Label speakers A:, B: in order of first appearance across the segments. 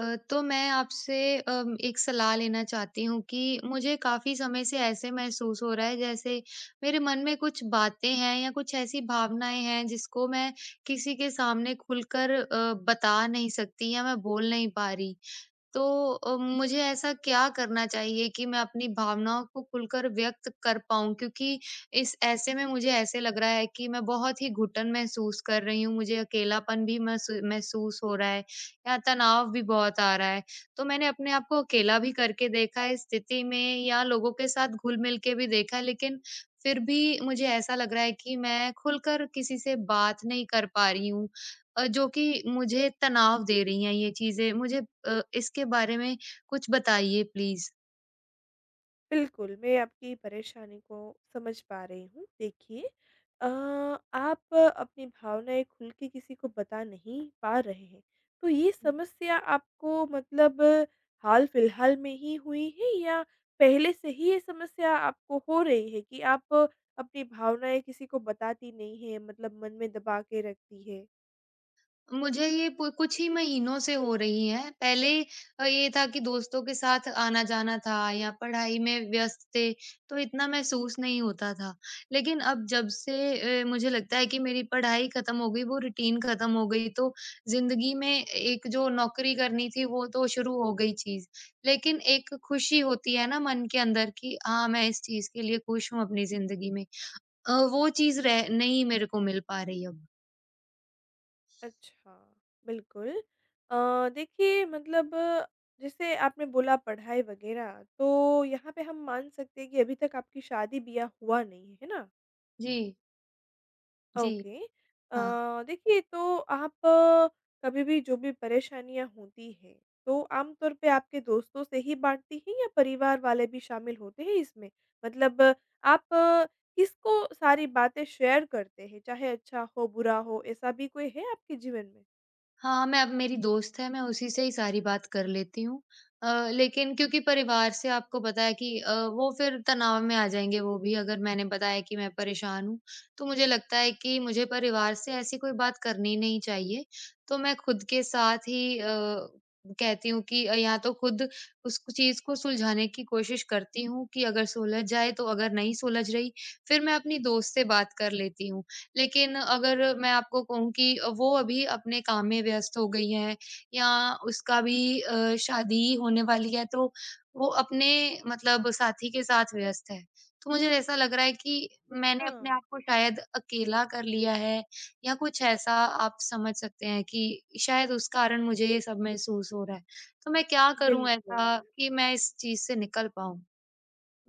A: अ, तो मैं आपसे एक सलाह लेना चाहती हूँ कि मुझे काफ़ी समय से ऐसे महसूस हो रहा है जैसे मेरे मन में कुछ बातें हैं या कुछ ऐसी भावनाएँ हैं जिसको मैं किसी के सामने खुलकर बता नहीं सकती या मैं बोल नहीं पा रही। तो मुझे ऐसा क्या करना चाहिए कि मैं अपनी भावनाओं को खुलकर व्यक्त कर पाऊँ? क्योंकि इस ऐसे में मुझे ऐसे लग रहा है कि मैं बहुत ही घुटन महसूस कर रही हूँ, मुझे अकेलापन भी महसूस हो रहा है या तनाव भी बहुत आ रहा है। तो मैंने अपने आप को अकेला भी करके देखा है इस स्थिति में या लोगों के साथ घुल-मिल के भी देखा है, लेकिन फिर भी मुझे ऐसा लग रहा है कि मैं खुलकर किसी से बात नहीं कर पा रही हूँ। जो कि मुझे तनाव दे रही हैं ये चीज़ें। मुझे इसके बारे में कुछ बताइए प्लीज़।
B: बिल्कुल, मैं आपकी परेशानी को समझ पा रही हूँ। देखिए आप अपनी भावनाएँ खुल के किसी को बता नहीं पा रहे हैं। तो ये समस्या आपको मतलब हाल-फिलहाल में ही हुई है या पहले से ही ये समस्या आपको हो रही है कि आप अपनी भावनाएँ किसी को बताती नहीं है मतलब मन में दबा के रखती है?
A: मुझे ये पु कुछ ही महीनों से हो रही है। पहले ये था कि दोस्तों के साथ आना-जाना था या पढ़ाई में व्यस्त थे, तो इतना महसूस नहीं होता था। लेकिन अब जब से मुझे लगता है कि मेरी पढ़ाई खत्म हो गई, वो रूटीन खत्म हो गई, तो ज़िंदगी में एक जो नौकरी करनी थी, वो तो शुरू हो गई चीज़। लेकिन एक खुशी होती है ना मन के अंदर कि हाँ, मैं इस चीज़ के लिए खुश हूँ अपनी ज़िंदगी में। वो चीज़ रह नहीं मेरे को मिल पा रही अब।
B: अच्छा, बिल्कुल। देखिए मतलब जैसे आपने बोला पढ़ाई वग़ैरह, तो यहाँ पे हम मान सकते हैं कि अभी तक आपकी शादी-ब्याह हुआ नहीं है, है ना?
A: जी, जी।
B: ओके।
A: हाँ।
B: देखिए तो कभी भी जो भी परेशानियाँ होती हैं, तो आम तौर पे आपके दोस्तों से ही बाँटती हैं या परिवार वाले भी शामिल होते हैं इसमें? मतलब आप अ, किसको सारी बातें शेयर करते हैं, चाहे अच्छा हो, बुरा हो, ऐसा भी कोई है आपके जीवन में?
A: हाँ, मैं अब मेरी दोस्त है, मैं उसी से ही सारी बात कर लेती हूँ। लेकिन क्योंकि परिवार से आपको पता है कि वो फिर तनाव में आ जाएँगे वो भी अगर मैंने बताया कि मैं परेशान हूँ, तो मुझे लगता है कि मुझे परिवार से ऐसी कोई बात करनी नहीं चाहिए। तो मैं खुद के साथ ही कहती हूँ कि या तो खुद उस चीज़ को सुलझाने की कोशिश करती हूँ कि अगर सुलझ जाए तो अगर नहीं सुलझ रही, फिर मैं अपनी दोस्त से बात कर लेती हूँ। लेकिन अगर मैं आपको कहूँ कि वो अभी अपने काम में व्यस्त हो गई है या उसका भी शादी होने वाली है तो वो अपने मतलब साथी के साथ व्यस्त है। तो मुझे ऐसा लग रहा है कि मैंने
B: अच्छा।
A: अपने आप को शायद अकेला कर लिया है या कुछ ऐसा आप समझ सकते हैं कि शायद उस कारण मुझे ये सब महसूस हो रहा है। तो मैं क्या करूँ
B: बिल्कुल,
A: ऐसा कि मैं इस चीज़ से निकल पाऊँ?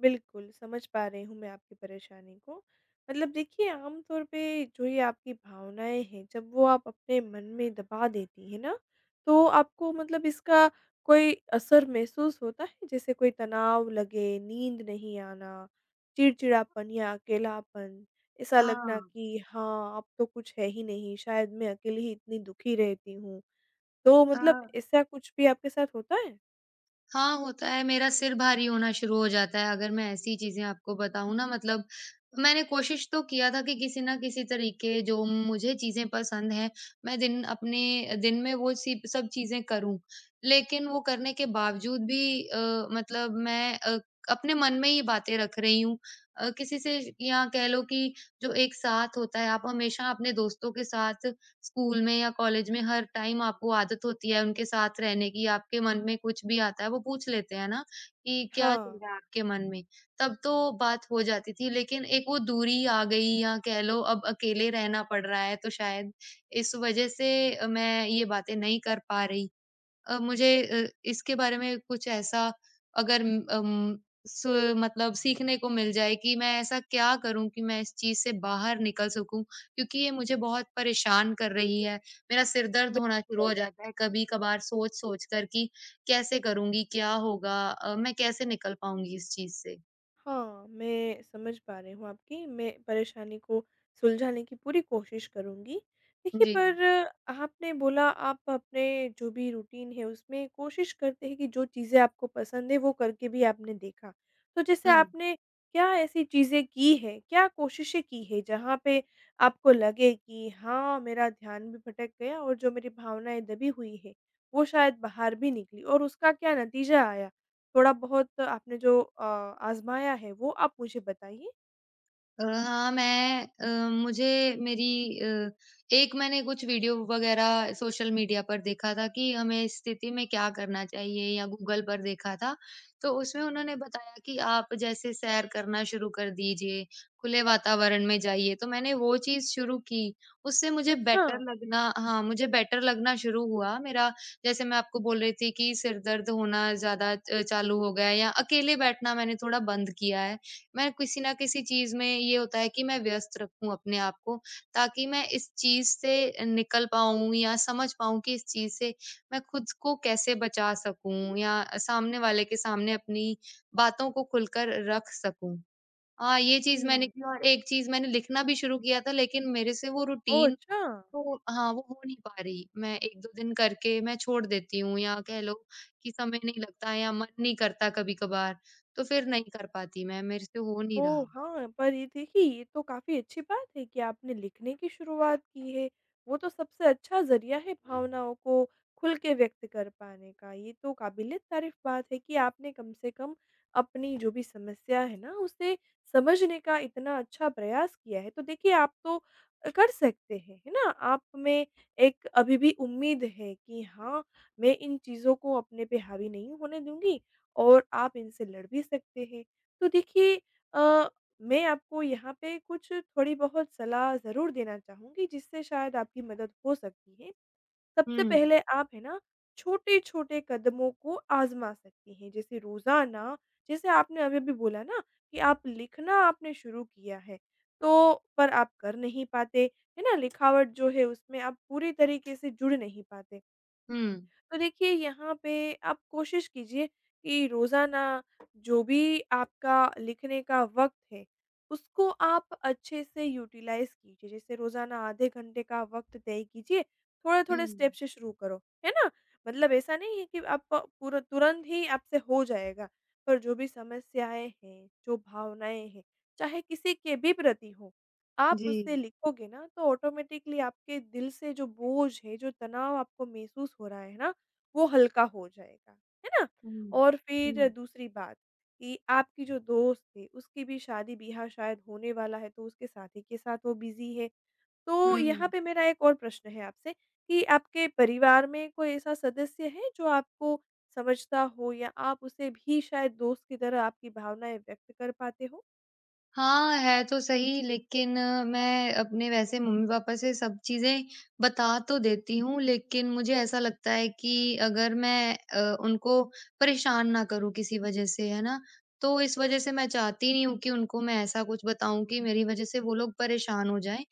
B: बिल्कुल, समझ पा रही हूँ मैं आपकी परेशानी को। मतलब देखिए आम तौर पे जो ये आपकी भावनाएँ हैं, जब वो आप अपने मन में दबा देती हैं ना, तो आपको मतलब इसका कोई असर महसूस होता है? जैसे कोई तनाव लगे, नींद नहीं आना, चिड़चिड़ापन या अकेलापन, ऐसा लगना कि हाँ, अब तो कुछ है ही नहीं, शायद मैं अकेली ही इतनी दुखी रहती हूँ। तो मतलब
A: हाँ।
B: ऐसा कुछ भी आपके साथ होता है?
A: हाँ, होता है, मेरा सिर भारी होना शुरू हो जाता है, अगर मैं ऐसी चीज़ें आपको बताऊँ ना मतलब मैंने कोशिश तो किया था कि किसी न किसी तरीके जो मुझे चीज़ें पसंद हैं, मैं दिन अपने दिन में वो सी सब चीज़ें करूँ। लेकिन वो करने के बावजूद भी मतलब मैं अपने मन में ही बातें रख रही हूँ। किसी से या कह लो कि जो एक साथ होता है, आप हमेशा अपने दोस्तों के साथ स्कूल में या कॉलेज में हर टाइम आपको आदत होती है उनके साथ रहने की, आपके मन में कुछ भी आता है, वो पूछ लेते हैं ना कि क्या
B: हाँ,
A: चल रहा है आपके मन में? तब तो बात हो जाती थी, लेकिन एक वो दूरी आ गई या कह लो अब अकेले रहना पड़ रहा है, तो शायद इस वजह से मैं ये बातें नहीं कर पा रही। मुझे इसके बारे में कुछ ऐसा अगर अम, सु मतलब सीखने को मिल जाए कि मैं ऐसा क्या करूँ कि मैं इस चीज़ से बाहर निकल सकूँ? क्योंकि ये मुझे बहुत परेशान कर रही है। मेरा सिर दर्द होना शुरू
B: बिल्कुल।
A: हो जाता है कभी-कभार सोच-सोच कर कि कैसे करूँगी? क्या होगा? मैं कैसे निकल पाऊँगी इस चीज़ से?
B: हाँ, मैं समझ पा रही हूँ आपकी, मैं परेशानी को सुलझाने की पूरी कोशिश करूँगी। देखिए,
A: जी।
B: पर आपने बोला आप अपने जो भी रूटीन है, उसमें कोशिश करते हैं कि जो चीज़ें आपको पसंद है, वो करके भी आपने देखा। तो जैसे
A: हुँ।
B: आपने क्या ऐसी चीज़ें की हैं, क्या कोशिशें की हैं, जहाँ पे आपको लगे कि हाँ, मेरा ध्यान भी भटक गया और जो मेरी भावनाएँ दबी हुई हैं, वो शायद बाहर भी निकली और उसका क्या नतीजा आया? थोड़ा-बहुत आपने जो आज़माया है वो आप मुझे बताइए?
A: हाँ, मैं मुझे मेरी अ, एक मैंने कुछ वीडियो वगैरह सोशल मीडिया पर देखा था कि हमें इस स्थिति में क्या करना चाहिए या गूगल पर देखा था, तो उसमें उन्होंने बताया कि आप जैसे सैर करना शुरू कर दीजिए, खुले वातावरण में जाइए, तो मैंने वो चीज़ शुरू की, उससे मुझे
B: अच्छा।
A: बेटर लगना हाँ, मुझे बेटर लगना शुरू हुआ। मेरा जैसे मैं आपको बोल रही थी कि सिर दर्द होना ज़्यादा चालू हो गया है या अकेले बैठना मैंने थोड़ा बंद किया है। मैं किसी न किसी चीज़ में ये होता है कि मैं व्यस्त रखूँ अपने आप को, ताकि मैं इस चीज़ से निकल पाऊँ या समझ पाऊँ कि इस चीज़ से मैं खुद को कैसे बचा सकूँ या सामने वाले के सामने अपनी बातों को खुलकर रख सकूँ। हाँ, ये चीज़ मैंने
B: हुँ।
A: की और एक चीज़ मैंने लिखना भी शुरू किया था लेकिन मेरे से वो
B: ओह!
A: रूटीन
B: अच्छा।
A: तो हाँ, वो हो नहीं पा रही। मैं 1-2 दिन करके मैं छोड़ देती हूँ या कह लो कि समय नहीं लगता या मन नहीं करता कभी-कभार, तो फिर नहीं कर पाती मैं, मेरे से हो नहीं रहा।
B: ओह! हाँ, पर ये देखिए ये तो काफ़ी अच्छी बात है कि आपने लिखने की शुरुआत की है। वो तो सबसे अच्छा ज़रिया है भावनाओं को खुल के व्यक्त कर पाने का। ये तो काबिल-ए-तारीफ़ बात है कि आपने कम से कम अपनी जो भी समस्या है ना, उसे समझने का इतना अच्छा प्रयास किया है। तो देखिए आप तो कर सकते हैं, है ना? आप में एक अभी भी उम्मीद है कि हाँ, मैं इन चीज़ों को अपने पे हावी नहीं होने दूँगी और आप इनसे लड़ भी सकते हैं। तो देखिए अ, मैं आपको यहाँ पे कुछ थोड़ी बहुत सलाह ज़रूर देना चाहूँगी जिससे शायद आपकी मदद हो सकती है। सबसे
A: हुँ,
B: पहले आप है ना छोटे-छोटे कदमों को आज़मा सकती हैं जैसे रोज़ाना जैसे आपने अभी-अभी बोला ना कि आप लिखना आपने शुरू किया है तो पर आप कर नहीं पाते, है ना? लिखावट जो है उसमें आप पूरी तरीके से जुड़ नहीं पाते।
A: हुँ,
B: तो देखिए यहाँ पे आप कोशिश कीजिए कि रोज़ाना जो भी आपका लिखने का वक़्त है, उसको आप अच्छे से यूटिलाइज़ कीजिए। जैसे रोज़ाना आधे घंटे का वक़्त तय कीजिए,
A: हुँ।
B: थोड़े-थोड़े स्टेप से शुरू करो, है ना? मतलब ऐसा नहीं है कि आप पूरा तुरंत ही आपसे हो जाएगा, पर जो भी समस्याएँ हैं, जो भावनाएँ हैं, चाहे किसी के भी प्रति हों, आप
A: जी।
B: उससे लिखोगे ना तो ऑटोमेटिकली आपके दिल से जो बोझ है, जो तनाव आपको महसूस हो रहा है ना वो हल्का हो जाएगा, है ना?
A: हुँ,
B: और फिर दूसरी बात कि आपकी जो दोस्त है, उसकी भी शादी-ब्याह शायद होने वाला है, तो उसके साथी के साथ वो बिज़ी है। तो यहाँ
A: हुँ।
B: पे मेरा एक और प्रश्न है आपसे कि आपके परिवार में कोई ऐसा सदस्य है जो आपको समझता हो या आप उसे भी शायद दोस्त की तरह आपकी भावनाएँ व्यक्त कर पाते हो?
A: हाँ, है तो सही लेकिन मैं अपने वैसे मम्मी-पापा से सब चीज़ें बता तो देती हूँ, लेकिन मुझे ऐसा लगता है कि अगर मैं उनको परेशान ना करूँ किसी वजह से, है ना? तो इस वजह से मैं चाहती नहीं हूँ कि उनको मैं ऐसा कुछ बताऊँ कि मेरी वजह से वो लोग परेशान हो जाएँ।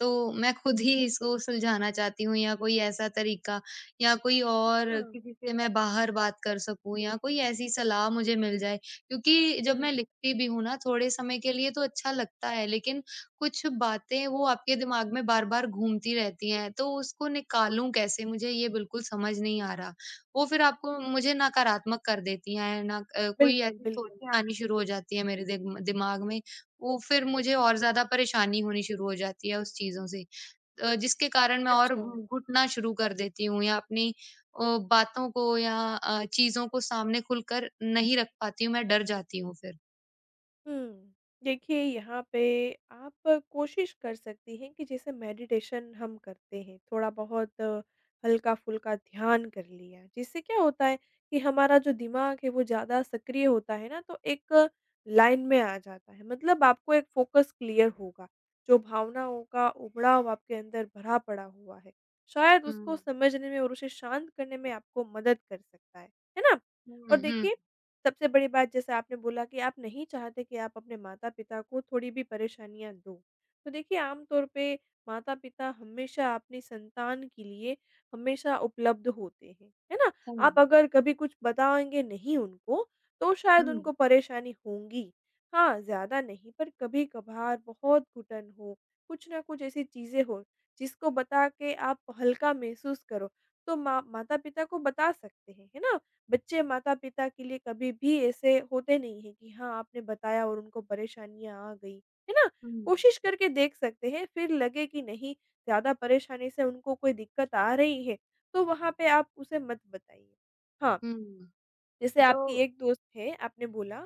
A: तो मैं खुद ही इसको सुलझाना चाहती हूँ या कोई ऐसा तरीका या कोई और
B: अच्छा।
A: किसी से मैं बाहर बात कर सकूँ या कोई ऐसी सलाह मुझे मिल जाए। क्योंकि जब मैं
B: हुँ।
A: लिखती भी हूँ ना थोड़े समय के लिए तो अच्छा लगता है लेकिन कुछ बातें वो आपके दिमाग में बार-बार घूमती रहती हैं, तो उसको निकालूँ कैसे? मुझे ये बिल्कुल समझ नहीं आ रहा। वो फिर आपको मुझे नकारात्मक कर देती हैं, ना कोई
B: बिल्कुल,
A: ऐसी
B: बिल्कुल।
A: सोचें आनी शुरू हो जाती हैं मेरे दिग दिमाग में वो फिर मुझे और ज़्यादा परेशानी होनी शुरू हो जाती है उस चीज़ों से जिसके कारण मैं और
B: अच्छा।
A: घु घुटना शुरू कर देती हूँ या अपनी बातों को या चीज़ों को सामने खुलकर नहीं रख पाती हूँ, मैं डर जाती हूँ फिर।
B: हुँ। देखिए यहाँ पे आप कोशिश कर सकती हैं कि जैसे मेडिटेशन हम करते हैं, थोड़ा-बहुत हल्का-फुल्का ध्यान कर लिया, जिससे क्या होता है कि हमारा जो दिमाग है वो ज़्यादा सक्रिय होता है ना, तो एक लाइन में आ जाता है। मतलब आपको एक फ़ोकस क्लियर होगा, जो भावनाओं का उबड़ाव आपके अंदर भरा पड़ा हुआ है, शायद
A: हुँ।
B: उसको समझने में और उसे शांत करने में आपको मदद कर सकता है ना? और
A: हुँ, हुँ।
B: देखिए सबसे बड़ी बात जैसे आपने बोला कि आप नहीं चाहते कि आप अपने माता-पिता को थोड़ी भी परेशानियाँ दो। तो देखिए आम तौर पे माता-पिता हमेशा अपनी संतान के लिए हमेशा उपलब्ध होते हैं, है ना?
A: हुँ।
B: आप अगर कभी कुछ बताएँगे नहीं उनको, तो शायद
A: हुँ,
B: उनको परेशानी होंगी। हाँ, ज़्यादा नहीं पर कभी-कभार बहुत घुटन हो, कुछ ना कुछ ऐसी चीज़ें हो, जिसको बता के आप हल्का महसूस करो, तो माँ माता-पिता को बता सकते हैं, है ना? बच्चे माता-पिता के लिए कभी भी ऐसे होते नहीं हैं कि हाँ, आपने बताया और उनको परेशानियाँ आ गई, है ना?
A: हुँ,
B: कोशिश करके देख सकते हैं, फिर लगे कि नहीं, ज़्यादा परेशानी से उनको कोई दिक्कत आ रही है, तो वहाँ पे आप उसे मत बताइए। हाँ,
A: हुँ।
B: जैसे
A: तो
B: आपकी एक दोस्त है, आपने बोला,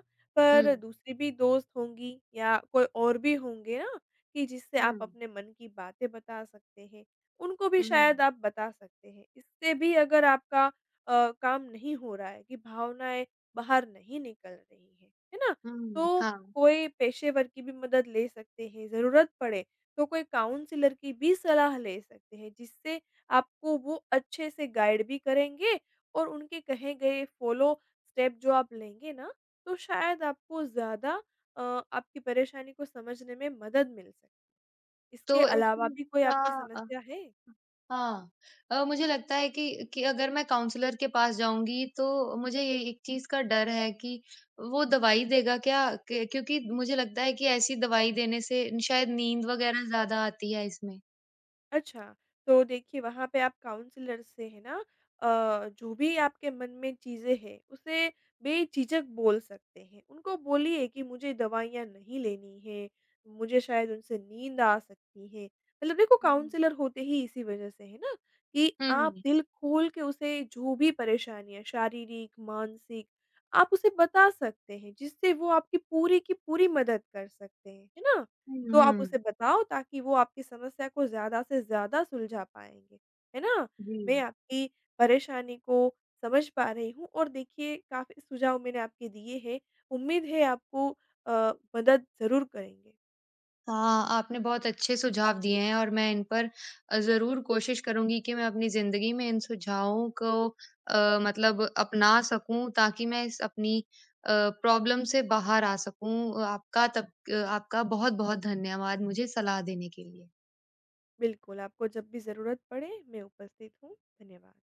A: हुँ,
B: पर दूसरी भी दोस्त होंगी या कोई और भी होंगे ना कि जिससे
A: हुँ,
B: आप अपने मन की बातें बता सकते हैं, उनको भी
A: हुँ,
B: शायद आप बता सकते हैं। इससे भी अगर आपका काम नहीं हो रहा है कि भावनाएँ बाहर नहीं निकल रही हैं, है ना?
A: हुँ,
B: तो
A: हाँ।
B: कोई पेशेवर की भी मदद ले सकते हैं, ज़रूरत पड़े तो कोई काउंसलर की भी सलाह ले सकते हैं, जिससे आपको वो अच्छे से गाइड भी करेंगे और उनके कहे गए फॉलो स्टेप जो आप लेंगे ना, तो शायद आपको ज़्यादा अ, आपकी परेशानी को समझने में मदद मिल सके। इसके
A: तो एक
B: अलावा भी
A: चीज़
B: कोई आपकी
A: का
B: समस्या है?
A: हाँ। मुझे लगता है कि अगर मैं काउंसलर के पास जाऊँगी तो मुझे ये एक चीज़ का डर है कि वो दवाई देगा क्या? क क्योंकि मुझे लगता है कि ऐसी दवाई देने से शायद नींद वग़ैरह ज़्यादा आती है इसमें।
B: अच्छा, तो देखिए वहाँ पे आप काउंसलर से है ना जो भी आपके मन में चीज़ें हैं, उसे बेझिझक बोल सकते हैं। उनको बोलिए कि मुझे दवाइयाँ नहीं लेनी हैं, मुझे शायद उनसे नींद आ सकती है। मतलब देखो
A: हुँ।
B: काउंसलर होते ही इसी वज़ह से है ना कि आप
A: हुँ।
B: दिल खोल के उसे जो भी परेशानियाँ शारीरिक, मानसिक आप उसे बता सकते हैं, जिससे वो आपकी पूरी की पूरी मदद कर सकते हैं। है ना? तो
A: हुँ,
B: आप
A: हुँ।
B: उसे बताओ ताकि वो आपकी समस्या को ज़्यादा से ज़्यादा सुलझा पाएँगे। है ना?
A: जी।
B: मैं आपकी परेशानी को समझ पा रही हूँ और देखिए काफ़ी सुझाव मैंने आपके दिए हैं। उम्मीद है आपको अ, मदद ज़रूर करेंगे।
A: हाँ, आपने बहुत अच्छे सुझाव दिए हैं और मैं इन पर ज़रूर कोशिश करूँगी कि मैं अपनी ज़िंदगी में इन सुझावों को मतलब अपना सकूँ ताकि मैं इस अपनी अ, प्रॉब्लम से बाहर आ सकूँ। आपका बहुत-बहुत धन्यवाद मुझे सलाह देने के लिए।
B: बिल्कुल, आपको जब भी ज़रूरत पड़े मैं उपस्थित हूँ। धन्यवाद।